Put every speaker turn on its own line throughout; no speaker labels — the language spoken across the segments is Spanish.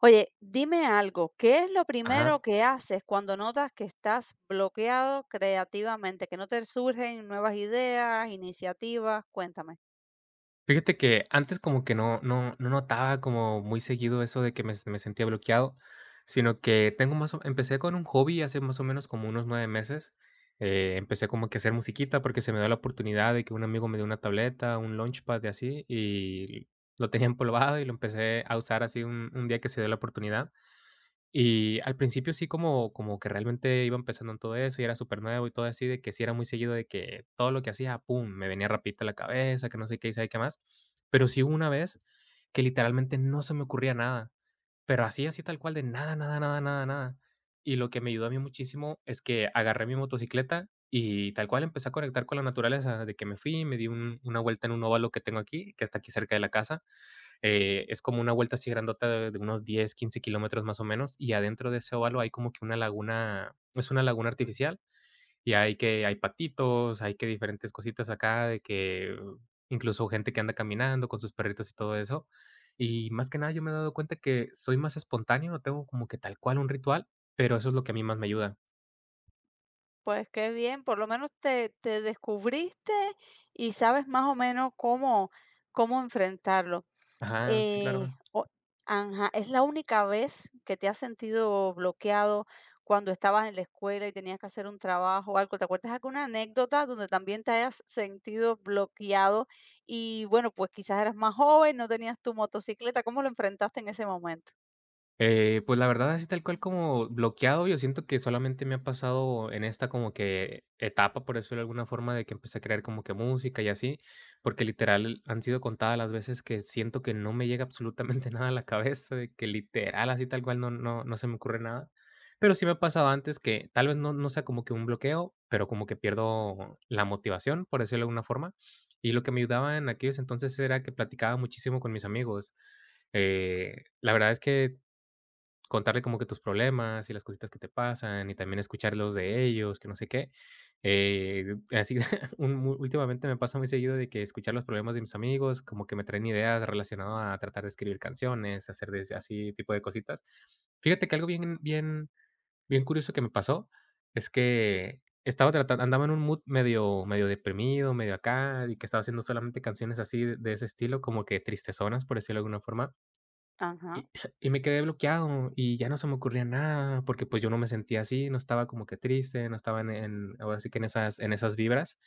Oye, dime algo, ¿qué es lo
Ajá.
primero que haces cuando notas que estás bloqueado creativamente, que no te surgen nuevas ideas, iniciativas? Cuéntame.
Fíjate que antes como que no notaba como muy seguido eso de que me sentía bloqueado, sino que tengo más o empecé con un hobby hace más o menos como unos 9 meses. Empecé como que a hacer musiquita porque se me dio la oportunidad de que un amigo me dio una tableta, un Launchpad y así, y lo tenía empolvado y lo empecé a usar así un día que se dio la oportunidad. Y al principio sí como que realmente iba empezando en todo eso, y era supernuevo y todo así, de que sí era muy seguido de que todo lo que hacía, pum, me venía rapidito a la cabeza, que no sé qué y sabe qué más. Pero sí hubo una vez que literalmente no se me ocurría nada, pero así, así tal cual de nada, nada, nada, nada, nada. Y lo que me ayudó a mí muchísimo es que agarré mi motocicleta y tal cual empecé a conectar con la naturaleza, de que me fui, me di un una vuelta en un óvalo que tengo aquí, que está aquí cerca de la casa. Es como una vuelta así grandota de unos 10, 15 kilómetros más o menos, y adentro de ese óvalo hay como que una laguna, es una laguna artificial, y hay patitos, hay que diferentes cositas acá, de que incluso gente que anda caminando con sus perritos y todo eso. Y más que nada yo me he dado cuenta que soy más espontáneo, no tengo como que tal cual un ritual, pero eso es lo que a mí más me ayuda.
Pues qué bien, por lo menos te descubriste y sabes más o menos cómo, cómo enfrentarlo.
Ajá, sí,
Eh,
claro.
o ajá, ¿es la única vez que te has sentido bloqueado cuando estabas en la escuela y tenías que hacer un trabajo o algo? ¿Te acuerdas alguna anécdota donde también te hayas sentido bloqueado? Y bueno, pues quizás eras más joven, no tenías tu motocicleta, ¿cómo lo enfrentaste en ese momento?
Pues, la verdad, así tal cual como bloqueado, yo siento que solamente me ha pasado en esta como que etapa, por decirlo de alguna forma, de que empecé a crear como que música y así, porque literal han sido contadas las veces que siento que no me llega absolutamente nada a la cabeza, de que literal, así tal cual no se me ocurre nada. Pero sí me ha pasado antes que tal vez no sea como que un bloqueo, pero como que pierdo la motivación, por decirlo de alguna forma. Y lo que me ayudaba en aquellos entonces era que platicaba muchísimo con mis amigos. La verdad es que contarle como que tus problemas y las cositas que te pasan, y también escuchar los de ellos, que no sé qué. Eh, Así un mu últimamente me pasa muy seguido de que escuchar los problemas de mis amigos, como que me traen ideas relacionado a tratar de escribir canciones, hacer des así tipo de cositas. Fíjate que algo bien bien bien curioso que me pasó es que estaba tratando andaba en un mood medio medio deprimido, medio acá, y que estaba haciendo solamente canciones así de ese estilo, como que tristezonas, por decirlo de alguna forma.
Ajá.
Y y me quedé bloqueado, y ya no se me ocurría nada, porque, pues, yo no me sentía así, no estaba como que triste, no estaba en ahora sí que en esas vibras.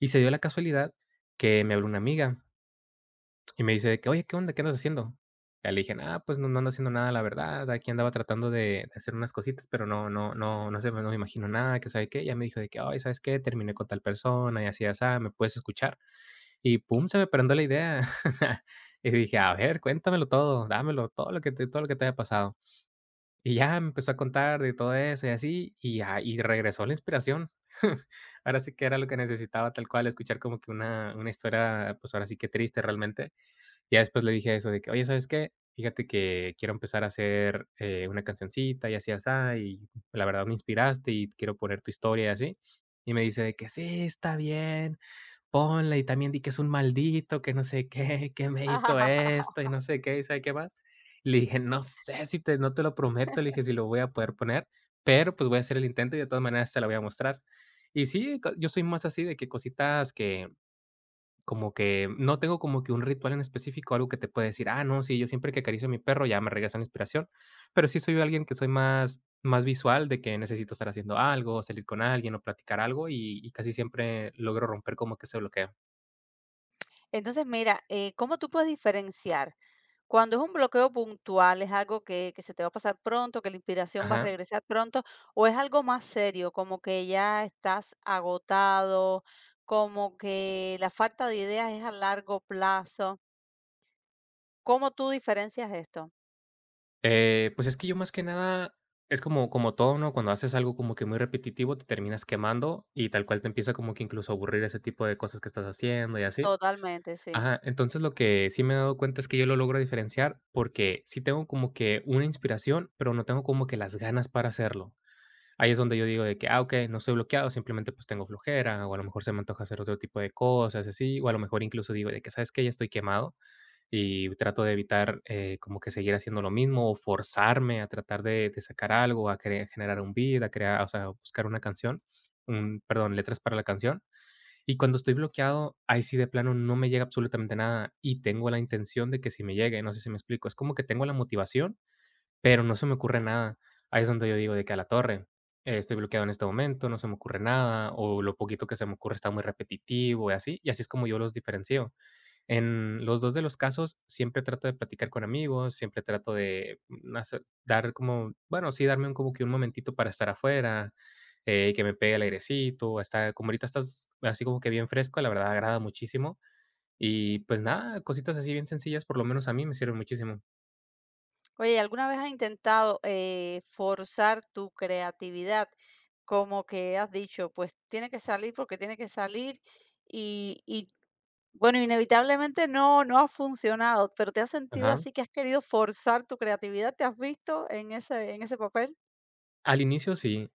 Y se dio la casualidad que me habló una amiga y me dice de que: "Oye, ¿qué onda? ¿Qué andas haciendo?". Ya le dije: "Nada, pues, no ando haciendo nada, la verdad. Aquí andaba tratando de hacer unas cositas, pero no sé, no me imagino nada, que sabe qué". Ya me dijo de que: "Ay, ¿sabes qué? Terminé con tal persona y así y asá, ¿me puedes escuchar?". Y pum, se me prendió la idea. Y dije: "A ver, cuéntamelo todo, dámelo, todo lo que te haya pasado". Y ya me empezó a contar de todo eso y así, y ya, y regresó la inspiración. Ahora sí que era lo que necesitaba tal cual, escuchar como que una historia, pues, ahora sí que triste realmente. Ya después le dije eso de que: "Oye, ¿sabes qué? Fíjate que quiero empezar a hacer, una cancioncita y así, y la verdad me inspiraste y quiero poner tu historia y así". Y me dice de que: "Sí, está bien. Ponla, y también di que es un maldito, que no sé qué, que me hizo esto y no sé qué, y sabe qué más". Le dije: "No sé si te no te lo prometo", le dije, "si lo voy a poder poner, pero, pues, voy a hacer el intento y de todas maneras te la voy a mostrar". Y sí, co yo soy más así de que cositas que como que no tengo como que un ritual en específico, algo que te pueda decir: "Ah, no, sí, yo siempre que acaricio a mi perro ya me regresa la inspiración", pero sí soy alguien que soy más visual, de que necesito estar haciendo algo, salir con alguien o platicar algo, y casi siempre logro romper como que ese bloqueo.
Entonces, mira, ¿cómo tú puedes diferenciar? Cuando es un bloqueo puntual, es algo que se te va a pasar pronto, que la inspiración va a
Ajá.
regresar pronto, o es algo más serio, como que ya estás agotado, como que la falta de ideas es a largo plazo. ¿Cómo tú diferencias esto?
Pues es que yo más que nada es como todo, ¿no? Cuando haces algo como que muy repetitivo, te terminas quemando y tal cual te empieza como que incluso a aburrir ese tipo de cosas que estás haciendo y así.
Totalmente, sí.
Ajá, entonces lo que sí me he dado cuenta es que yo lo logro diferenciar porque sí tengo como que una inspiración, pero no tengo como que las ganas para hacerlo. Ahí es donde yo digo de que, ah, ok, no estoy bloqueado, simplemente pues tengo flojera, o a lo mejor se me antoja hacer otro tipo de cosas, así, o a lo mejor incluso digo de que, ¿sabes qué? Ya estoy quemado y trato de evitar, como que seguir haciendo lo mismo o forzarme a tratar de sacar algo, a cre generar un beat, a crear, o sea, buscar una canción, letras para la canción. Y cuando estoy bloqueado, ahí sí de plano no me llega absolutamente nada y tengo la intención de que si me llegue, no sé si me explico. Es como que tengo la motivación, pero no se me ocurre nada. Ahí es donde yo digo de que a la torre, estoy bloqueado en este momento, no se me ocurre nada, o lo poquito que se me ocurre está muy repetitivo y así es como yo los diferencio. En los 2 de los casos, siempre trato de platicar con amigos, siempre trato de, hacer dar como, bueno, sí, darme un como que un momentito para estar afuera. Que me pegue el airecito, está como ahorita estás así como que bien fresco, la verdad agrada muchísimo. Y, pues, nada, cositas así bien sencillas, por lo menos a mí me sirven muchísimo.
Oye, ¿alguna vez has intentado forzar tu creatividad? Como que has dicho, pues tiene que salir porque tiene que salir y, y, bueno, inevitablemente no ha funcionado, pero ¿te has sentido
Ajá.
así que has querido forzar tu creatividad? ¿Te has visto en ese papel?
Al inicio sí.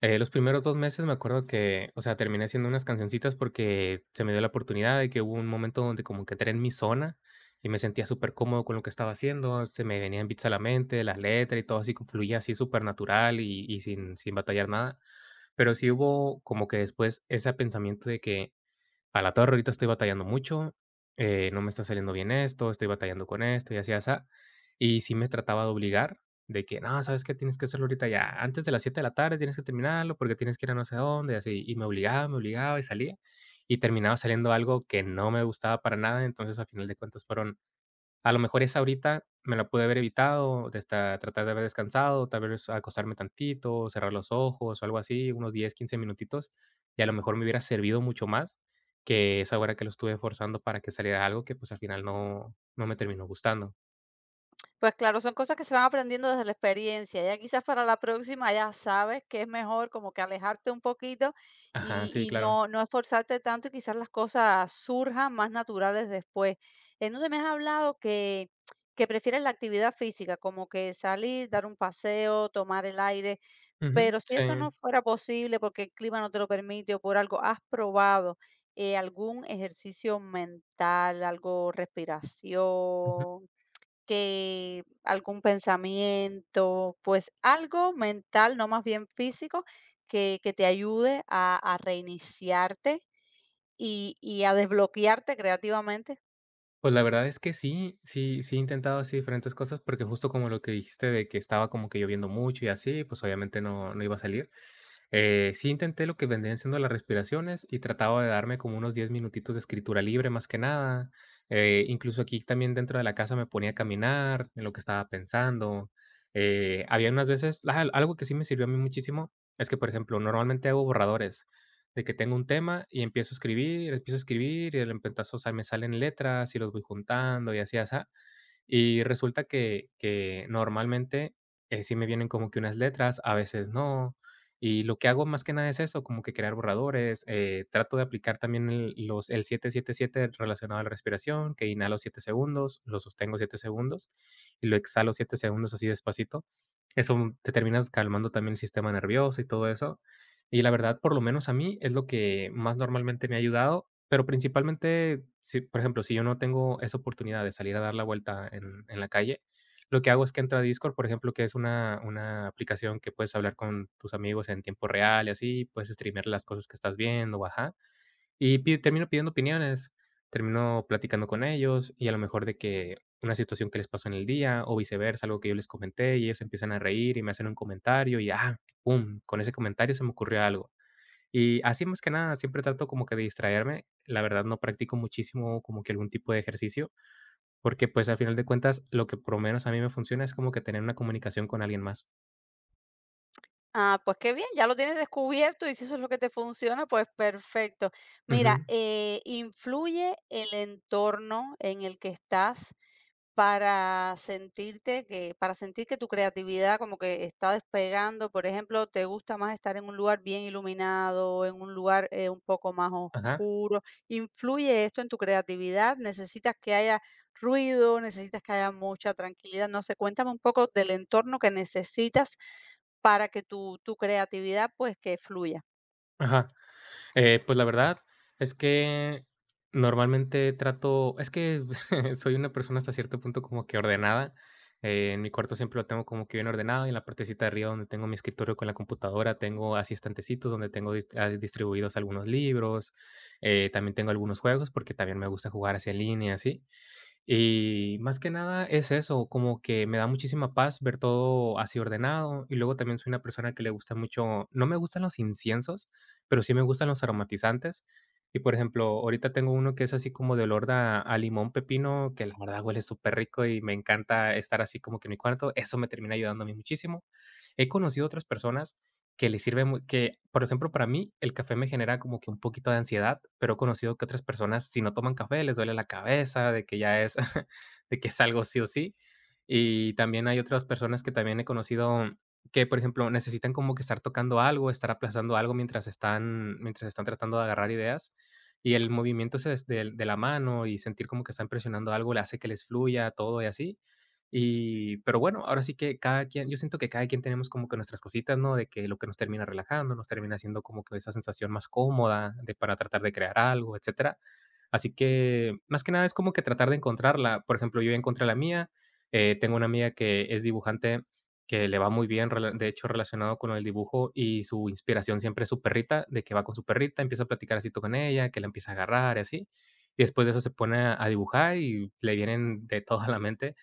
Los primeros 2 meses me acuerdo que, o sea, terminé haciendo unas cancioncitas porque se me dio la oportunidad de que hubo un momento donde como que entré en mi zona y me sentía súper cómodo con lo que estaba haciendo. Se me venían beats a la mente, la letra y todo así, que fluía así supernatural y sin batallar nada. Pero sí hubo como que después ese pensamiento de que a la torre, ahorita estoy batallando mucho. No me está saliendo bien esto, estoy batallando con esto y así, así. Y sí me trataba de obligar de que: "No, ¿sabes qué? Tienes que hacerlo ahorita ya, antes de las 7 de la tarde tienes que terminarlo, porque tienes que ir a no sé dónde", y así. Y me obligaba y salía, y terminaba saliendo algo que no me gustaba para nada. Entonces, a final de cuentas fueron a lo mejor esa ahorita me la pude haber evitado, de esta tratar de haber descansado, tal vez acostarme tantito, cerrar los ojos o algo así, unos 10, 15 minutitos, y a lo mejor me hubiera servido mucho más que esa hora que lo estuve forzando para que saliera algo que, pues, al final no me terminó gustando.
Pues claro, son cosas que se van aprendiendo desde la experiencia. Ya quizás para la próxima ya sabes que es mejor como que alejarte un poquito
Ajá,
y,
sí,
y
claro.
no, no esforzarte tanto y quizás las cosas surjan más naturales después. Entonces me has hablado que prefieres la actividad física, como que salir, dar un paseo, tomar el aire,
Ujú,
pero si
sí,
eso no fuera posible porque el clima no te lo permite o por algo, ¿has probado algún ejercicio mental, algo
ujú.
respiración? Que algún pensamiento, pues algo mental, no más bien físico, que te ayude a reiniciarte y a desbloquearte creativamente.
Pues, la verdad es que sí, sí, sí he intentado así diferentes cosas, porque justo como lo que dijiste de que estaba como que lloviendo mucho y así, pues, obviamente no iba a salir. Sí intenté lo que vendrían siendo las respiraciones y trataba de darme como unos 10 minutitos de escritura libre, más que nada. Incluso aquí también dentro de la casa me ponía a caminar en lo que estaba pensando. Había unas veces, ah, algo que sí me sirvió a mí muchísimo es que, por ejemplo, normalmente hago borradores de que tengo un tema y empiezo a escribir y de repente, o sea, me salen letras y los voy juntando y así, así. Y resulta que normalmente, sí me vienen como que unas letras, a veces no. Y lo que hago más que nada es eso, como que crear borradores. Trato de aplicar también el 7-7-7 relacionado a la respiración, que inhalo 7 segundos, lo sostengo 7 segundos y lo exhalo 7 segundos así despacito. Eso te terminas calmando también el sistema nervioso y todo eso. Y la verdad, por lo menos a mí, es lo que más normalmente me ha ayudado, pero principalmente, si, por ejemplo, si yo no tengo esa oportunidad de salir a dar la vuelta en la calle, lo que hago es que entra a Discord, por ejemplo, que es una aplicación que puedes hablar con tus amigos en tiempo real y así, puedes streamear las cosas que estás viendo, o ajá. Termino pidiendo opiniones, termino platicando con ellos y a lo mejor de que una situación que les pasó en el día o viceversa, algo que yo les comenté y ellos empiezan a reír y me hacen un comentario y, ah, ¡pum! Con ese comentario se me ocurrió algo y así más que nada, siempre trato como que de distraerme. La verdad no practico muchísimo como que algún tipo de ejercicio, porque pues al final de cuentas lo que por lo menos a mí me funciona es como que tener una comunicación con alguien más.
Ah, pues qué bien, ya lo tienes descubierto y si eso es lo que te funciona, pues perfecto. Mira,
Ujú.
influye el entorno en el que estás para sentirte para sentir que tu creatividad como que está despegando. Por ejemplo, ¿te gusta más estar en un lugar bien iluminado, en un lugar un poco más
Ajá,
oscuro? ¿Influye esto en tu creatividad? ¿Necesitas que haya ruido? ¿Necesitas que haya mucha tranquilidad? No sé, cuéntame un poco del entorno que necesitas para que tu creatividad, pues, que fluya.
ajá. Pues la verdad es que normalmente trato es que soy una persona hasta cierto punto como que ordenada. En mi cuarto siempre lo tengo como que bien ordenado, y en la partecita de arriba donde tengo mi escritorio con la computadora, tengo así estantecitos donde tengo distribuidos algunos libros. También tengo algunos juegos, porque también me gusta jugar hacia en línea así. Y más que nada es eso, como que me da muchísima paz ver todo así ordenado. Y luego también soy una persona que le gusta mucho, no me gustan los inciensos, pero sí me gustan los aromatizantes. Y por ejemplo, ahorita tengo uno que es así como de olor a limón pepino, que la verdad huele súper rico y me encanta estar así como que en mi cuarto. Eso me termina ayudando a mí muchísimo. He conocido otras personas que le sirve mu que, por ejemplo, para mí, el café me genera como que un poquito de ansiedad, pero he conocido que otras personas, si no toman café, les duele la cabeza, de que ya es de que es algo sí o sí. Y también hay otras personas que también he conocido que, por ejemplo, necesitan como que estar tocando algo, estar aplazando algo mientras están tratando de agarrar ideas, y el movimiento ese des del de la mano y sentir como que están presionando algo le hace que les fluya todo y así. Y, pero bueno, ahora sí que cada quien, yo siento que cada quien tenemos como que nuestras cositas, ¿no? De que lo que nos termina relajando, nos termina haciendo como que esa sensación más cómoda de, para tratar de crear algo, etcétera. Así que más que nada es como que tratar de encontrarla. Por ejemplo, yo ya encontré la mía. Tengo una amiga que es dibujante que le va muy bien, de hecho, relacionado con el dibujo y su inspiración siempre es su perrita, de que va con su perrita, empieza a platicar así con ella, que la empieza a agarrar y así. Y después de eso se pone a dibujar y le vienen de toda la mente.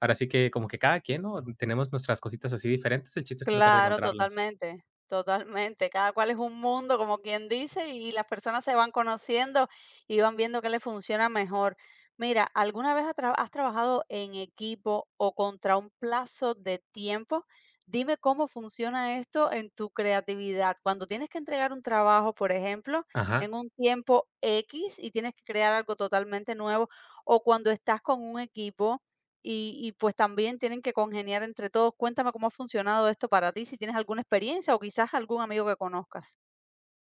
Ahora sí que como que cada quien, ¿no? Tenemos nuestras cositas así diferentes, el chiste es tratar de
Claro,
encontrarlas.
totalmente, totalmente. Cada cual es un mundo, como quien dice, y las personas se van conociendo y van viendo qué les funciona mejor. Mira, ¿alguna vez ha tra has trabajado en equipo o contra un plazo de tiempo? Dime cómo funciona esto en tu creatividad. Cuando tienes que entregar un trabajo, por ejemplo,
Ajá.
en un tiempo x y tienes que crear algo totalmente nuevo, o cuando estás con un equipo pues, también tienen que congeniar entre todos. Cuéntame cómo ha funcionado esto para ti, si tienes alguna experiencia o quizás algún amigo que conozcas.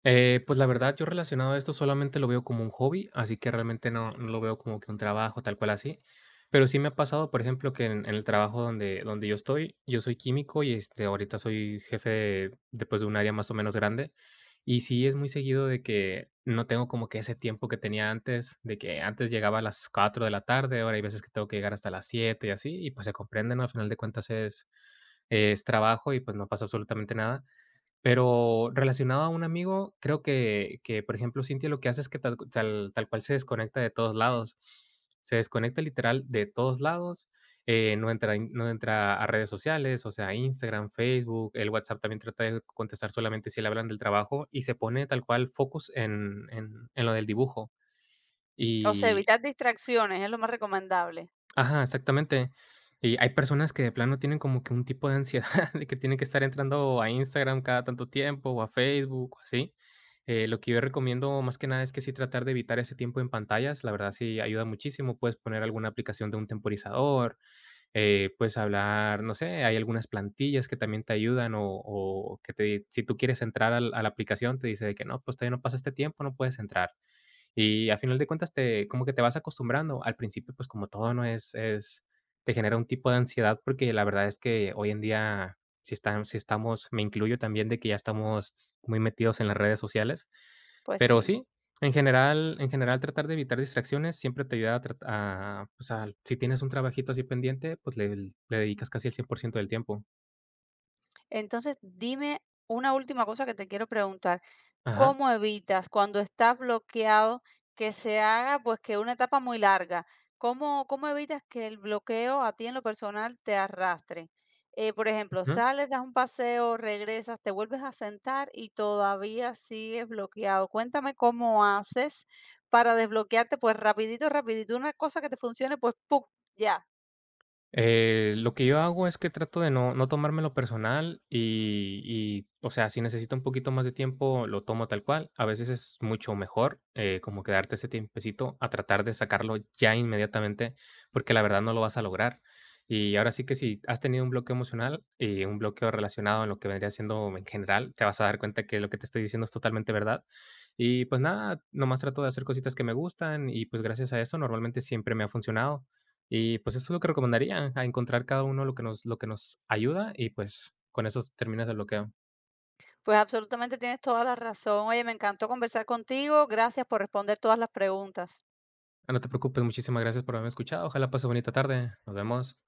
Pues la verdad, yo relacionado a esto solamente lo veo como un hobby, así que realmente no, no lo veo como que un trabajo tal cual así. Pero sí me ha pasado, por ejemplo, que en el trabajo donde, donde yo estoy, yo soy químico y este, ahorita soy jefe de un área más o menos grande. Y sí es muy seguido de que no tengo como que ese tiempo que tenía antes, de que antes llegaba a las 4 de la tarde, ahora hay veces que tengo que llegar hasta las 7 y así, y pues se comprenden. Al final de cuentas es trabajo y pues no pasa absolutamente nada, pero relacionado a un amigo, creo que, por ejemplo, Cintia lo que hace es que tal cual se desconecta de todos lados. Se desconecta literal de todos lados. No entra a redes sociales, o sea, Instagram, Facebook, el WhatsApp también trata de contestar solamente si le hablan del trabajo y se pone tal cual focus en lo del dibujo.
O sea,
Y
evitar distracciones es lo más recomendable.
ajá, exactamente. Y hay personas que de plano tienen como que un tipo de ansiedad de que tienen que estar entrando a Instagram cada tanto tiempo o a Facebook o así. Lo que yo recomiendo más que nada es que sí tratar de evitar ese tiempo en pantallas, la verdad sí ayuda muchísimo, puedes poner alguna aplicación de un temporizador. Puedes hablar, no sé, hay algunas plantillas que también te ayudan o que te, si tú quieres entrar a la aplicación te dice de que no, pues todavía no pasa este tiempo, no puedes entrar. Y a final de cuentas te como que te vas acostumbrando. Al principio, pues, como todo, ¿no? Es Te genera un tipo de ansiedad, porque la verdad es que hoy en día si estamos, me incluyo también de que ya estamos muy metidos en las redes sociales.
Pues
Pero
sí.
sí, en general tratar de evitar distracciones siempre te ayuda a, pues, al si tienes un trabajito así pendiente, pues, le dedicas casi el 100% del tiempo.
Entonces, dime una última cosa que te quiero preguntar.
Ajá.
¿Cómo evitas cuando estás bloqueado que se haga, pues, que una etapa muy larga? ¿Cómo, cómo evitas que el bloqueo a ti en lo personal te arrastre? Por ejemplo, sales, das un paseo, regresas, te vuelves a sentar y todavía sigues bloqueado. Cuéntame cómo haces para desbloquearte, pues rapidito, rapidito, una cosa que te funcione, pues, ¡pum! Ya.
Lo que yo hago es que trato de no tomármelo personal o sea, si necesito un poquito más de tiempo, lo tomo tal cual. A veces es mucho mejor como que darte ese tiempecito a tratar de sacarlo ya inmediatamente, porque la verdad no lo vas a lograr. Y ahora sí que si has tenido un bloqueo emocional y un bloqueo relacionado en lo que vendría siendo en general, te vas a dar cuenta que lo que te estoy diciendo es totalmente verdad. Y pues nada, nomás trato de hacer cositas que me gustan y pues gracias a eso normalmente siempre me ha funcionado. Y, pues, eso es lo que recomendaría, a encontrar cada uno lo que nos ayuda y, pues, con eso terminas el bloqueo.
Pues absolutamente tienes toda la razón. Oye, me encantó conversar contigo. Gracias por responder todas las preguntas.
Ah, no te preocupes, muchísimas gracias por haberme escuchado. Ojalá pase bonita tarde. Nos vemos.